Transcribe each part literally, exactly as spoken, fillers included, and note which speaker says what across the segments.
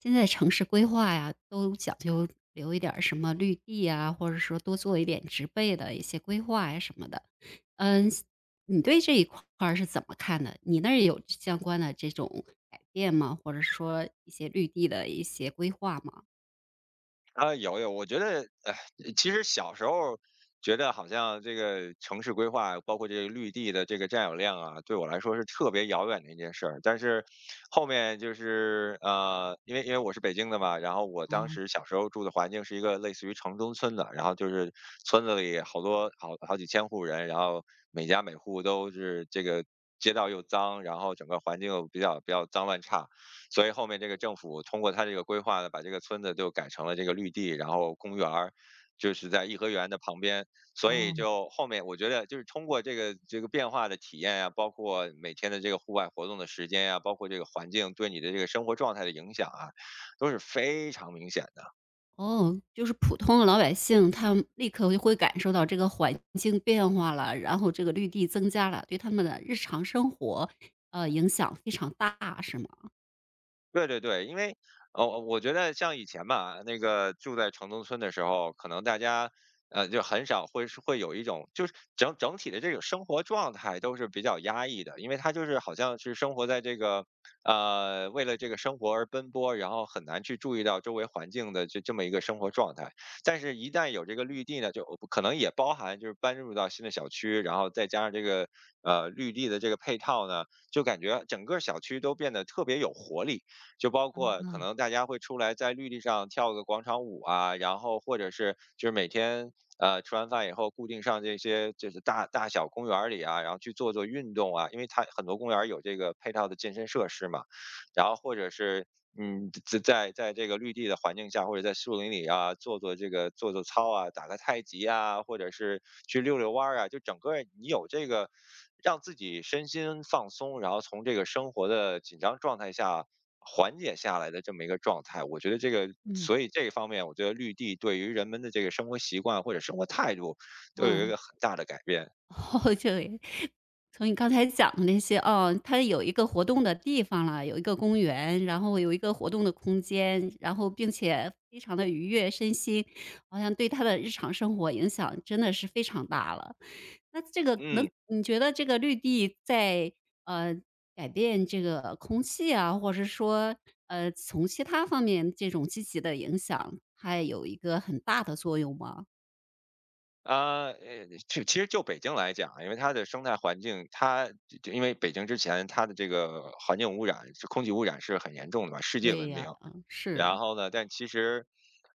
Speaker 1: 现在城市规划呀，都讲究留一点儿什么绿地啊，或者说多做一点植被的一些规划呀什么的。嗯，你对这一块儿是怎么看的？你那儿有相关的这种改变吗？或者说一些绿地的一些规划吗？
Speaker 2: 啊，有有，我觉得，哎，其实小时候觉得好像这个城市规划，包括这个绿地的这个占有量啊，对我来说是特别遥远的一件事儿。但是后面就是呃，因为因为我是北京的嘛，然后我当
Speaker 1: 啊，
Speaker 2: 时小时候住的环境是一个类似于城中村的，然后就是村子里好多好好几千户人，然后每家每户都是这个街道又脏，然后整个环境又比较比较脏乱差。所以后面这个政府通过他这个规划呢，把这个村子就改成了这个绿地，然后公园儿就是在颐和园的旁边，所以
Speaker 1: 哦，
Speaker 2: 就后面我觉得就是通过这个这个变化的体验呀、包括每天的这个户外活动的时间呀、包括这个环境对你的这个生活状态的影响啊，都是非常明显的。
Speaker 1: 哦，就是普通的老百姓，他们立刻就会感受到这个环境变化了，然后这个绿地增加了，对他们的日常生活，呃，影响非常大，是吗？
Speaker 2: 对对对，因为，呃，我觉得像以前吧，那个住在城中村的时候，可能大家，呃，就很少会是会有一种，就是整整体的这种生活状态都是比较压抑的，因为他就是好像是生活在这个，呃，为了这个生活而奔波，然后很难去注意到周围环境的这这么一个生活状态。但是，一旦有这个绿地呢，就可能也包含就是搬入到新的小区，然后再加上这个，呃，绿地的这个配套呢，就感觉整个小区都变得特别有活力。就包括可
Speaker 1: 嗯
Speaker 2: 能大家会出来在绿地上跳个广场舞啊，然后或者是就是每天呃吃完饭以后固定上这些就是大大小公园儿里啊，然后去做做运动啊，因为它很多公园儿有这个配套的健身设施嘛，然后或者是嗯，在在在这个绿地的环境下，或者在树林里啊，做做这个做做操啊，打个太极啊，或者是去溜溜弯儿啊，就整个你有这个让自己身心放松，然后从这个生活的紧张状态下缓解下来的这么一个状态。我觉得这个，
Speaker 1: 嗯。
Speaker 2: 所以这一方面，我觉得绿地对于人们的这个生活习惯或者生活态度都有一
Speaker 1: 嗯，
Speaker 2: 个很大的改变。
Speaker 1: 哦，就也从你刚才讲的那些，哦，它有一个活动的地方了，有一个公园，然后有一个活动的空间，然后并且非常的愉悦身心，好像对他的日常生活影响真的是非常大了。那这个能
Speaker 2: 嗯。
Speaker 1: 你觉得这个绿地在，呃，改变这个空气啊，或者是说，呃，从其他方面这种积极的影响，它有一个很大的作用吗？
Speaker 2: 啊，呃，就其实就北京来讲啊，因为它的生态环境，它就因为北京之前它的这个环境污染是空气污染是很严重的嘛，世界
Speaker 1: 对
Speaker 2: 闻
Speaker 1: 呀，
Speaker 2: 名。
Speaker 1: 嗯，
Speaker 2: 然
Speaker 1: 是，
Speaker 2: 后呢，但其实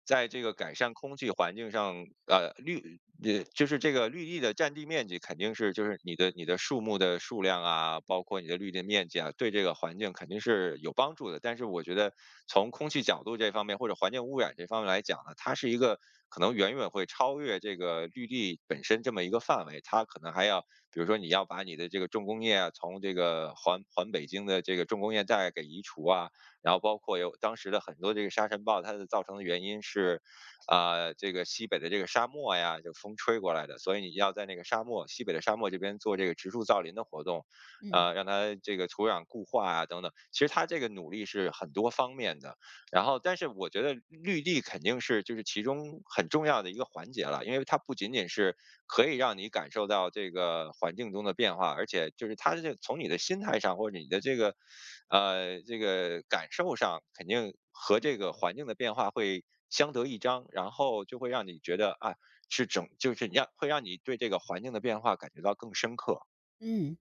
Speaker 2: 在这个改善空气环境上，呃，绿呃，就是这个绿地的占地面积肯定是就是你的你的树木的数量啊，包括你的绿地面积啊，对这个环境肯定是有帮助的。但是我觉得从空气角度这方面或者环境污染这方面来讲呢，它是一个可能远远会超越这个绿地本身这么一个范围，它可能还要比如说你要把你的这个重工业啊，从这个环环北京的这个重工业带给移除啊，然后包括有当时的很多这个沙尘暴，它的造成的原因是，呃这个西北的这个沙漠呀，就风吹过来的，所以你要在那个沙漠西北的沙漠这边做这个植树造林的活动，呃，
Speaker 1: 嗯。
Speaker 2: 让它这个土壤固化啊等等。其实它这个努力是很多方面的，然后，但是我觉得绿地肯定是就是其中很重要的一个环节了，因为它不仅仅是可以让你感受到这个环境中的变化，而且就是它这从你的心态上或者你的这个，呃，这个感受上，肯定和这个环境的变化会相得益彰，然后就会让你觉得啊，是整就是让会让你对这个环境的变化感觉到更深刻。
Speaker 1: 嗯，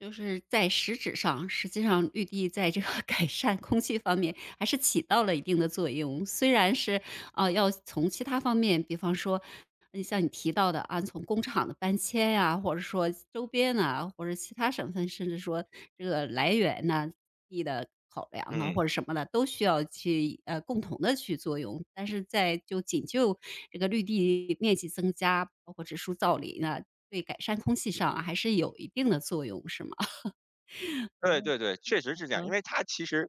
Speaker 1: 就是在实质上，实际上绿地在这个 改善空气方面还是起到了一定的作用。虽然是啊、要从其他方面，比方说，你像你提到的啊，从工厂的搬迁呀、或者说周边啊，或者其他省份，甚至说这个来源呐、地的考量啊，
Speaker 2: 嗯。
Speaker 1: 或者什么的，都需要去呃，共同的去作用。但是在就仅就这个绿地面积增加，包括植树造林啊，对改善空气上啊还是有一定的作用，是吗？
Speaker 2: 对
Speaker 1: 嗯
Speaker 2: 对对，确实是这样。因
Speaker 1: 嗯，
Speaker 2: 为它其实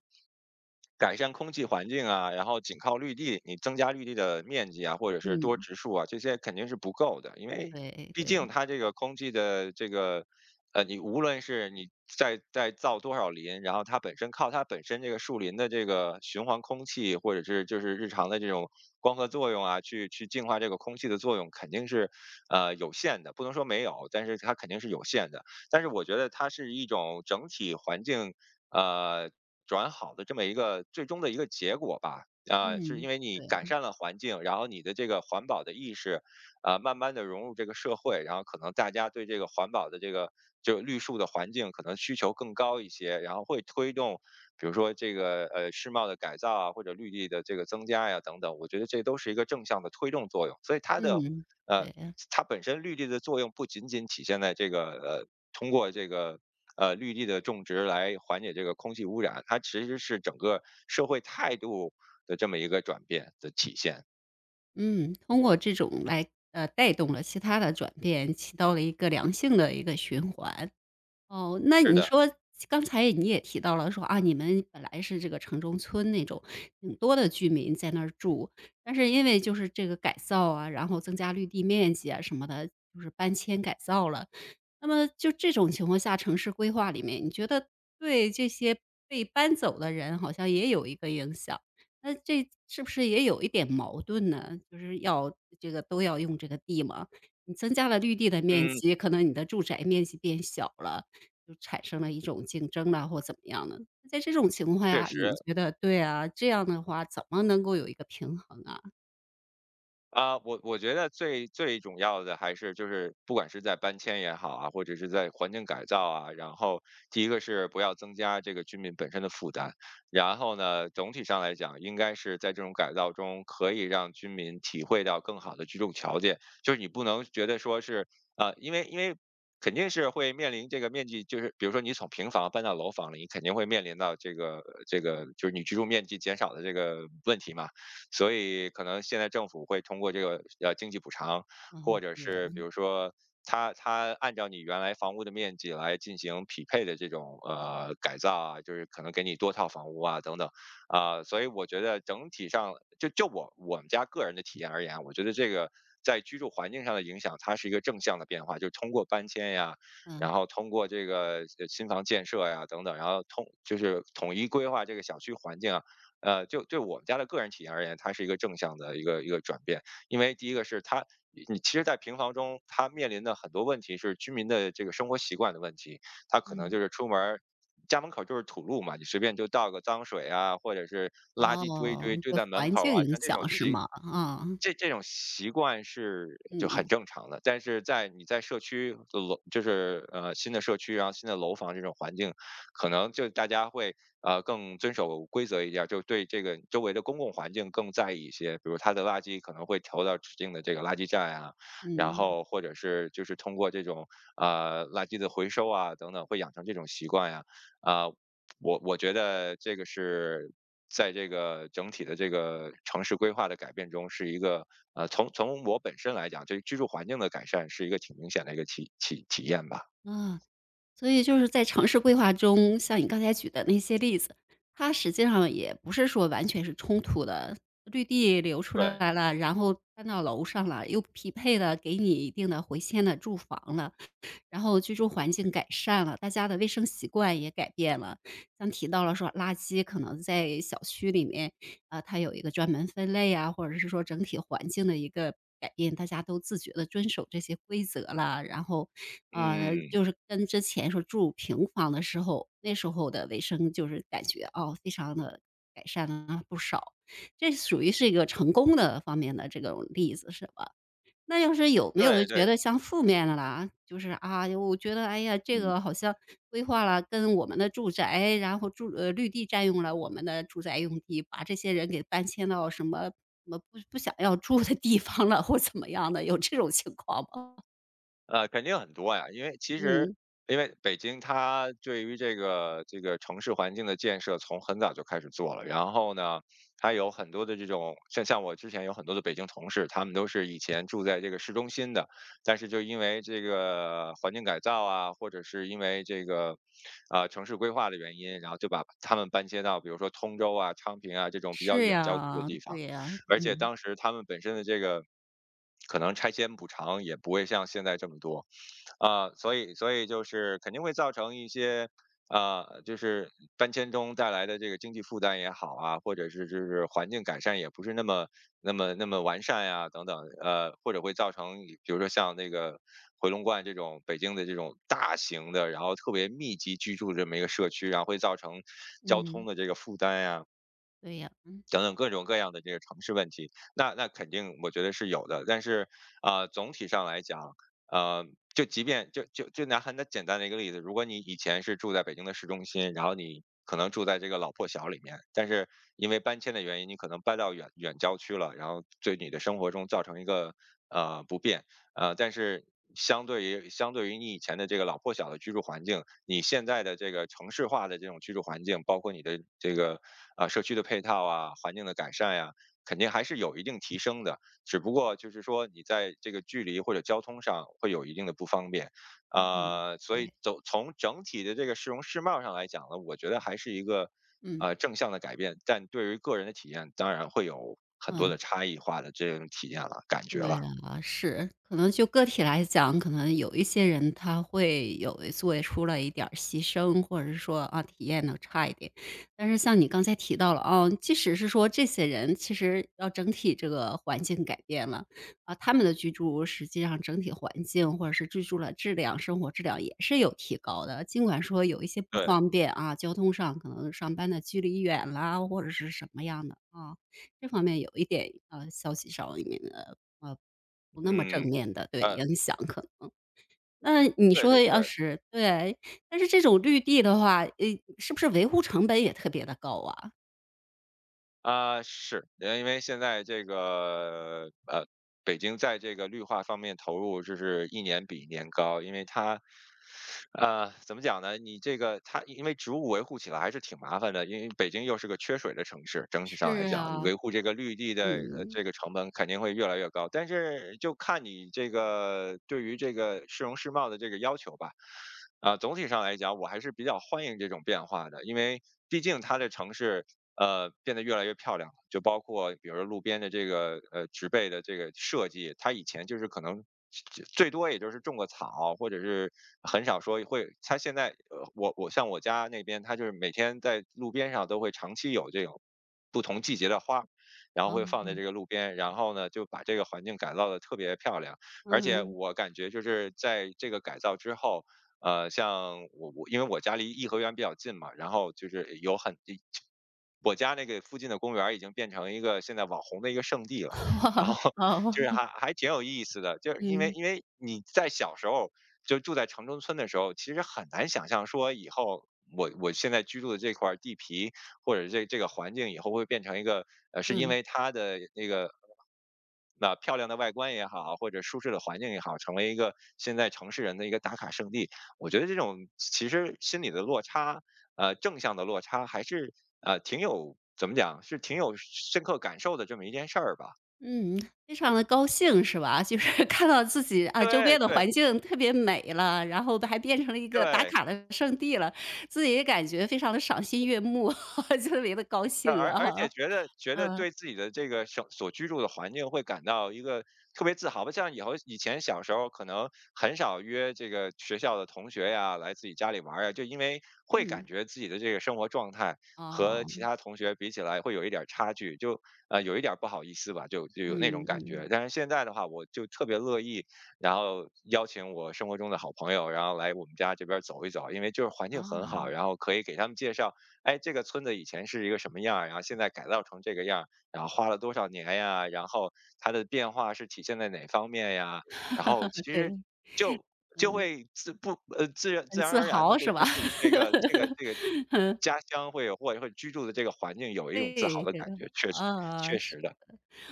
Speaker 2: 改善空气环境啊，然后仅靠绿地，你增加绿地的面积啊，或者是多
Speaker 1: 嗯，
Speaker 2: 植树啊，这些肯定是不够的。因为
Speaker 1: 对
Speaker 2: 毕竟
Speaker 1: 对，
Speaker 2: 它这个空气的这个，呃，你无论是你再再造多少林，然后它本身靠它本身这个树林的这个循环空气，或者是就是日常的这种光合作用啊，去去净化这个空气的作用，肯定是呃有限的，不能说没有，但是它肯定是有限的。但是我觉得它是一种整体环境，呃，转好的这么一个最终的一个结果吧。啊、是
Speaker 1: 嗯，
Speaker 2: 因为你
Speaker 1: 对，
Speaker 2: 改善了环境，然后你的这个环保的意识，啊、慢慢的融入这个社会，然后可能大家对这个环保的这个就绿树的环境可能需求更高一些，然后会推动，比如说这个呃世贸的改造啊，或者绿地的这个增加呀、等等，我觉得这都是一个正向的推动作用，所以它的。
Speaker 1: 嗯，
Speaker 2: 呃，
Speaker 1: 对，
Speaker 2: 它本身绿地的作用不仅仅体现在这个呃，通过这个呃绿地的种植来缓解这个空气污染，它其实是整个社会态度的这么一个转变的体现。
Speaker 1: 嗯，通过这种来，呃，带动了其他的转变，起到了一个良性的一个循环。哦，那
Speaker 2: 是
Speaker 1: 你
Speaker 2: 的，
Speaker 1: 说刚才你也提到了说啊，你们本来是这个城中村那种挺多的居民在那儿住，但是因为就是这个改造啊，然后增加绿地面积啊什么的，就是搬迁改造了。那么就这种情况下，城市规划里面，你觉得对这些被搬走的人好像也有一个影响，那这是不是也有一点矛盾呢？就是要这个都要用这个地嘛，你增加了绿地的面
Speaker 2: 嗯，
Speaker 1: 积，可能你的住宅面积变小了。就产生了一种竞争啦或怎么样的。在这种情况
Speaker 2: 确
Speaker 1: 下，
Speaker 2: 实。
Speaker 1: 你觉得对啊，这样的话怎么能够有一个平衡啊？
Speaker 2: 啊，我我觉得最最重要的还是就是不管是在搬迁也好啊，或者是在环境改造啊，然后第一个是不要增加这个居民本身的负担，然后呢，总体上来讲，应该是在这种改造中可以让居民体会到更好的居住条件，就是你不能觉得说是啊，因为因为。肯定是会面临这个面积，就是比如说你从平房搬到楼房了，你肯定会面临到这个这个就是你居住面积减少的这个问题嘛。所以可能现在政府会通过这个呃经济补偿，或
Speaker 1: 嗯，
Speaker 2: 者
Speaker 1: 对呀，
Speaker 2: 是比如说它它按照你原来房屋的面积来进行匹配的这种呃改造啊，就是可能给你多套房屋啊等等啊、所以我觉得整体上就就我我们家个人的体验而言啊，我觉得这个。在居住环境上的影响，它是一个正向的变化，就是通过搬迁呀，
Speaker 1: 嗯，
Speaker 2: 然后通过这个呃新房建设呀等等，然后通就是统一规划这个小区环境啊，呃，就对我们家的个人体验而言，它是一个正向的一个一个转变。因为第一个是它，你其实，在平房中，它面临的很多问题是居民的这个生活习惯的问题，它可能
Speaker 1: 嗯。
Speaker 2: 就是出门儿。家门口就是土路嘛，你随便就倒个脏水啊，或者是垃圾堆一堆
Speaker 1: 哦，
Speaker 2: 堆
Speaker 1: 对
Speaker 2: 在门
Speaker 1: 环
Speaker 2: 口
Speaker 1: 境
Speaker 2: 啊，
Speaker 1: 影
Speaker 2: 像这种
Speaker 1: 响是
Speaker 2: 习
Speaker 1: 吗？啊，
Speaker 2: 这这种习惯是就
Speaker 1: 嗯
Speaker 2: 很
Speaker 1: 嗯
Speaker 2: 正常的，但是在你在社区的楼，就是呃新的社区，然后新的楼房这种环境，可能就大家会呃，更遵守规则一点儿，就对这个周围的公共环境更在意一些。比如他的垃圾可能会投到指定的这个垃圾站啊，然
Speaker 1: 嗯，
Speaker 2: 后或者是就是通过这种呃垃圾的回收啊等等，会养成这种习惯呀、啊。我我觉得这个是在这个整体的这个城市规划的改变中，是一个呃从从我本身来讲，这居住环境的改善是一个挺明显的一个体体体验吧。
Speaker 1: 啊，所以就是在城市规划中，像你刚才举的那些例子，它实际上也不是说完全是冲突的。绿地留出
Speaker 2: 对，
Speaker 1: 来了，然后搬到楼上了，又匹配了给你一定的回迁的住房了。然后居住环境改善了，大家的卫生习惯也改变了。像提到了说垃圾可能在小区里面，啊，它有一个专门分类啊，或者是说整体环境的一个改变，大家都自觉地遵守这些规则了。然后，呃，
Speaker 2: 嗯，
Speaker 1: 就是跟之前说住平房的时候，那时候的卫生就是感觉，哦，非常的改善了不少。这属于是一个成功的方面的这种例子是吧？那要是有没有
Speaker 2: 对对，
Speaker 1: 觉得像负面的啦，就是啊，我觉得哎呀，这
Speaker 2: 嗯。
Speaker 1: 个好像规划了跟我们的住宅，然后住呃绿地占用了我们的住宅用地，把这些人给搬迁到什么什么不不想要住的地方了，或怎么样的，有这种情况吗？
Speaker 2: 呃，肯定很多呀，因为其实
Speaker 1: 嗯，
Speaker 2: 因为北京它对于这个这个城市环境的建设从很早就开始做了，然后呢，它有很多的这种像像我之前有很多的北京同事，他们都是以前住在这个市中心的，但是就因为这个环境改造啊，或者是因为这个呃城市规划的原因，然后就把他们搬迁到比如说通州啊、昌平啊这种比较
Speaker 1: 是
Speaker 2: 远郊区的
Speaker 1: 呀，
Speaker 2: 地方。
Speaker 1: 对呀，
Speaker 2: 而且
Speaker 1: 嗯
Speaker 2: 当时他们本身的这个可能拆迁补偿也不会像现在这么多啊、所以所以就是肯定会造成一些啊、就是搬迁中带来的这个经济负担也好啊，或者是就是环境改善也不是那么那么那么完善呀、等等，呃，或者会造成比如说像那个回龙观这种北京的这种大型的，然后特别密集居住的这么一个社区，然后会造成交通
Speaker 1: 嗯，
Speaker 2: 的这个负担呀、
Speaker 1: 对呀，嗯
Speaker 2: 等等各种各样的这个城市问题，那那肯定我觉得是有的。但是，呃，总体上来讲，呃，就即便就就就拿很简单的一个例子，如果你以前是住在北京的市中心，然后你可能住在这个老破小里面，但是因为搬迁的原因，你可能搬到远远郊区了，然后对你的生活中造成一个呃不便。呃，但是相对于相对于你以前的这个老破小的居住环境，你现在的这个城市化的这种居住环境，包括你的这个呃社区的配套啊、环境的改善呀、肯定还是有一定提升的。只不过就是说你在这个距离或者交通上会有一定的不方便，
Speaker 1: 嗯，
Speaker 2: 呃，所以
Speaker 1: 对，
Speaker 2: 走从整体的这个市容市貌上来讲呢，我觉得还是一个
Speaker 1: 嗯
Speaker 2: 呃正向的改变，但对于个人的体验，当然会有很多的
Speaker 1: 嗯。
Speaker 2: 差异化的这种体验了，感觉
Speaker 1: 对
Speaker 2: 了。
Speaker 1: 啊，是，可能就个体来讲，可能有一些人他会有做出了一点儿牺牲，或者是说啊体验的差一点。但是像你刚才提到了啊，即使是说这些人，其实要整体这个环境改变了啊，他们的居住实际上整体环境或者是居住的质量、生活质量也是有提高的。尽管说有一些不
Speaker 2: 对，
Speaker 1: 方便啊，交通上可能上班的距离远啦，或者是什么样的啊，这方面有一点呃消息上面的啊，不那么
Speaker 2: 嗯。
Speaker 1: 正面的，对，
Speaker 2: 嗯，
Speaker 1: 影响可能。那你
Speaker 2: 对对
Speaker 1: 说
Speaker 2: 对，
Speaker 1: 要是对，但是这种绿地的话，呃，是不是维护成本也特别的高啊？
Speaker 2: 啊，是，呃因为现在这个呃，北京在这个绿化方面投入就是一年比一年高，因为它呃怎么讲呢？你这个它因为植物维护起来还是挺麻烦的，因为北京又是个缺水的城市，整体上来
Speaker 1: 是
Speaker 2: 讲，你
Speaker 1: 啊，
Speaker 2: 维护这个绿地的呃
Speaker 1: 嗯，
Speaker 2: 这个成本肯定会越来越高，但是就看你这个对于这个市容市貌的这个要求吧。啊，总体上来讲，我还是比较欢迎这种变化的，因为毕竟它的城市呃，变得越来越漂亮了。就包括比如说路边的这个呃植被的这个设计，它以前就是可能最最多也就是种个草，或者是很少说会。它现在呃，我我像我家那边，它就是每天在路边上都会长期有这种不同季节的花。然后
Speaker 1: 哦，
Speaker 2: 会放在这个路边，然后呢，就把这个环境改造的特别漂亮。而且
Speaker 1: 嗯，
Speaker 2: 我感觉就是在这个改造之后，呃，像我我因为我家离颐和园比较近嘛，然后就是有很我家那个附近的公园儿已经变成一个现在网红的一个圣地 了，然
Speaker 1: 哇，
Speaker 2: 后
Speaker 1: 哦，
Speaker 2: 就是 还还挺有意思的，就是因为
Speaker 1: 嗯，
Speaker 2: 因为你在小时候就住在城中村的时候，其实很难想象说以后我我现在居住的这块儿地皮或者这这个环境以后会变成一个呃，是因
Speaker 1: 嗯，
Speaker 2: 为它的那个那漂亮的外观也好，或者舒适的环境也好，成为一个现在城市人的一个打卡圣地。我觉得这种其实心理的落差，呃，正向的落差还是呃挺有怎么讲，是挺有深刻感受的这么一件事儿吧。
Speaker 1: 嗯，非常的高兴是吧？就是看到自己，啊，周
Speaker 2: 对
Speaker 1: 边的
Speaker 2: 对
Speaker 1: 环境特别美了，然后还变成了一个打
Speaker 2: 对，
Speaker 1: 卡的圣地了，自己也感觉非常的赏心悦目，特别的高
Speaker 2: 呃
Speaker 1: 兴
Speaker 2: 而而且
Speaker 1: 啊，
Speaker 2: 觉得觉得
Speaker 1: 嗯，
Speaker 2: 对自己的这个生所居住的环境会感到一个特别自豪吧，像以后以前小时候可能很少约这个学校的同学呀来自己家里玩儿呀，就因为会感
Speaker 1: 嗯，
Speaker 2: 觉自己的这个生活状态和
Speaker 1: 哦。
Speaker 2: 其他同学比起来会有一点儿差距，就呃有一点儿不好意思吧，就就有那种
Speaker 1: 嗯
Speaker 2: 感
Speaker 1: 嗯。
Speaker 2: 觉。但是现在的话，我就特别乐意，然后邀请我生活中的好朋友，然后来我们家这边儿走一走，因为就是环境很
Speaker 1: 啊，
Speaker 2: 好，然后可以给他们介绍。哎，这个村子以前是一个什么样儿，然后现在改造成这个样儿，然后花了多少年呀？然后它的变化是体现在哪方面呀？然后
Speaker 1: 呃
Speaker 2: 其实
Speaker 1: 对，
Speaker 2: 就就
Speaker 1: 嗯。
Speaker 2: 会自不呃自然自
Speaker 1: 很
Speaker 2: 然
Speaker 1: 自
Speaker 2: 而然的
Speaker 1: 豪
Speaker 2: 会
Speaker 1: 是吧？
Speaker 2: 对自己这个这个这个 家乡会有或者会居住的这个环境有一种自豪
Speaker 1: 对
Speaker 2: 的
Speaker 1: 对
Speaker 2: 感觉，确实
Speaker 1: 啊，
Speaker 2: 确
Speaker 1: 是。
Speaker 2: 实的。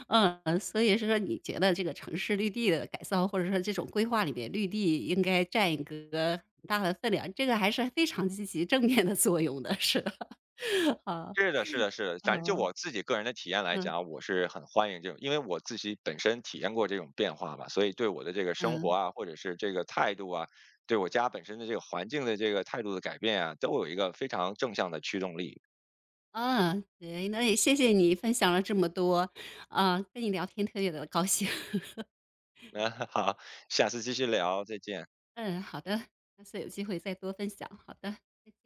Speaker 1: 嗯，所以是说你觉得这个城市绿地的改造，或者说这种规划里面，绿地应该占一个很大的分量，这个还是非常积极正面的作用的，是吧？好，
Speaker 2: 是的，是的，是的。反正就
Speaker 1: 嗯，
Speaker 2: 我自己个人的体验来
Speaker 1: 嗯，
Speaker 2: 讲，我是很欢迎这种，因为我自己本身体验过这种变化吧，所以对我的这个生活
Speaker 1: 嗯，
Speaker 2: 啊，或者是这个态度啊，对我家本身的这个环境的这个态度的改变啊，都有一个非常正向的驱动力。
Speaker 1: 啊，对，那也谢谢你分享了这么多，啊，跟你聊天特别的高兴。
Speaker 2: 那好，下次继续聊，再见。
Speaker 1: 嗯，好的，下次有机会再多分享，好的，再见。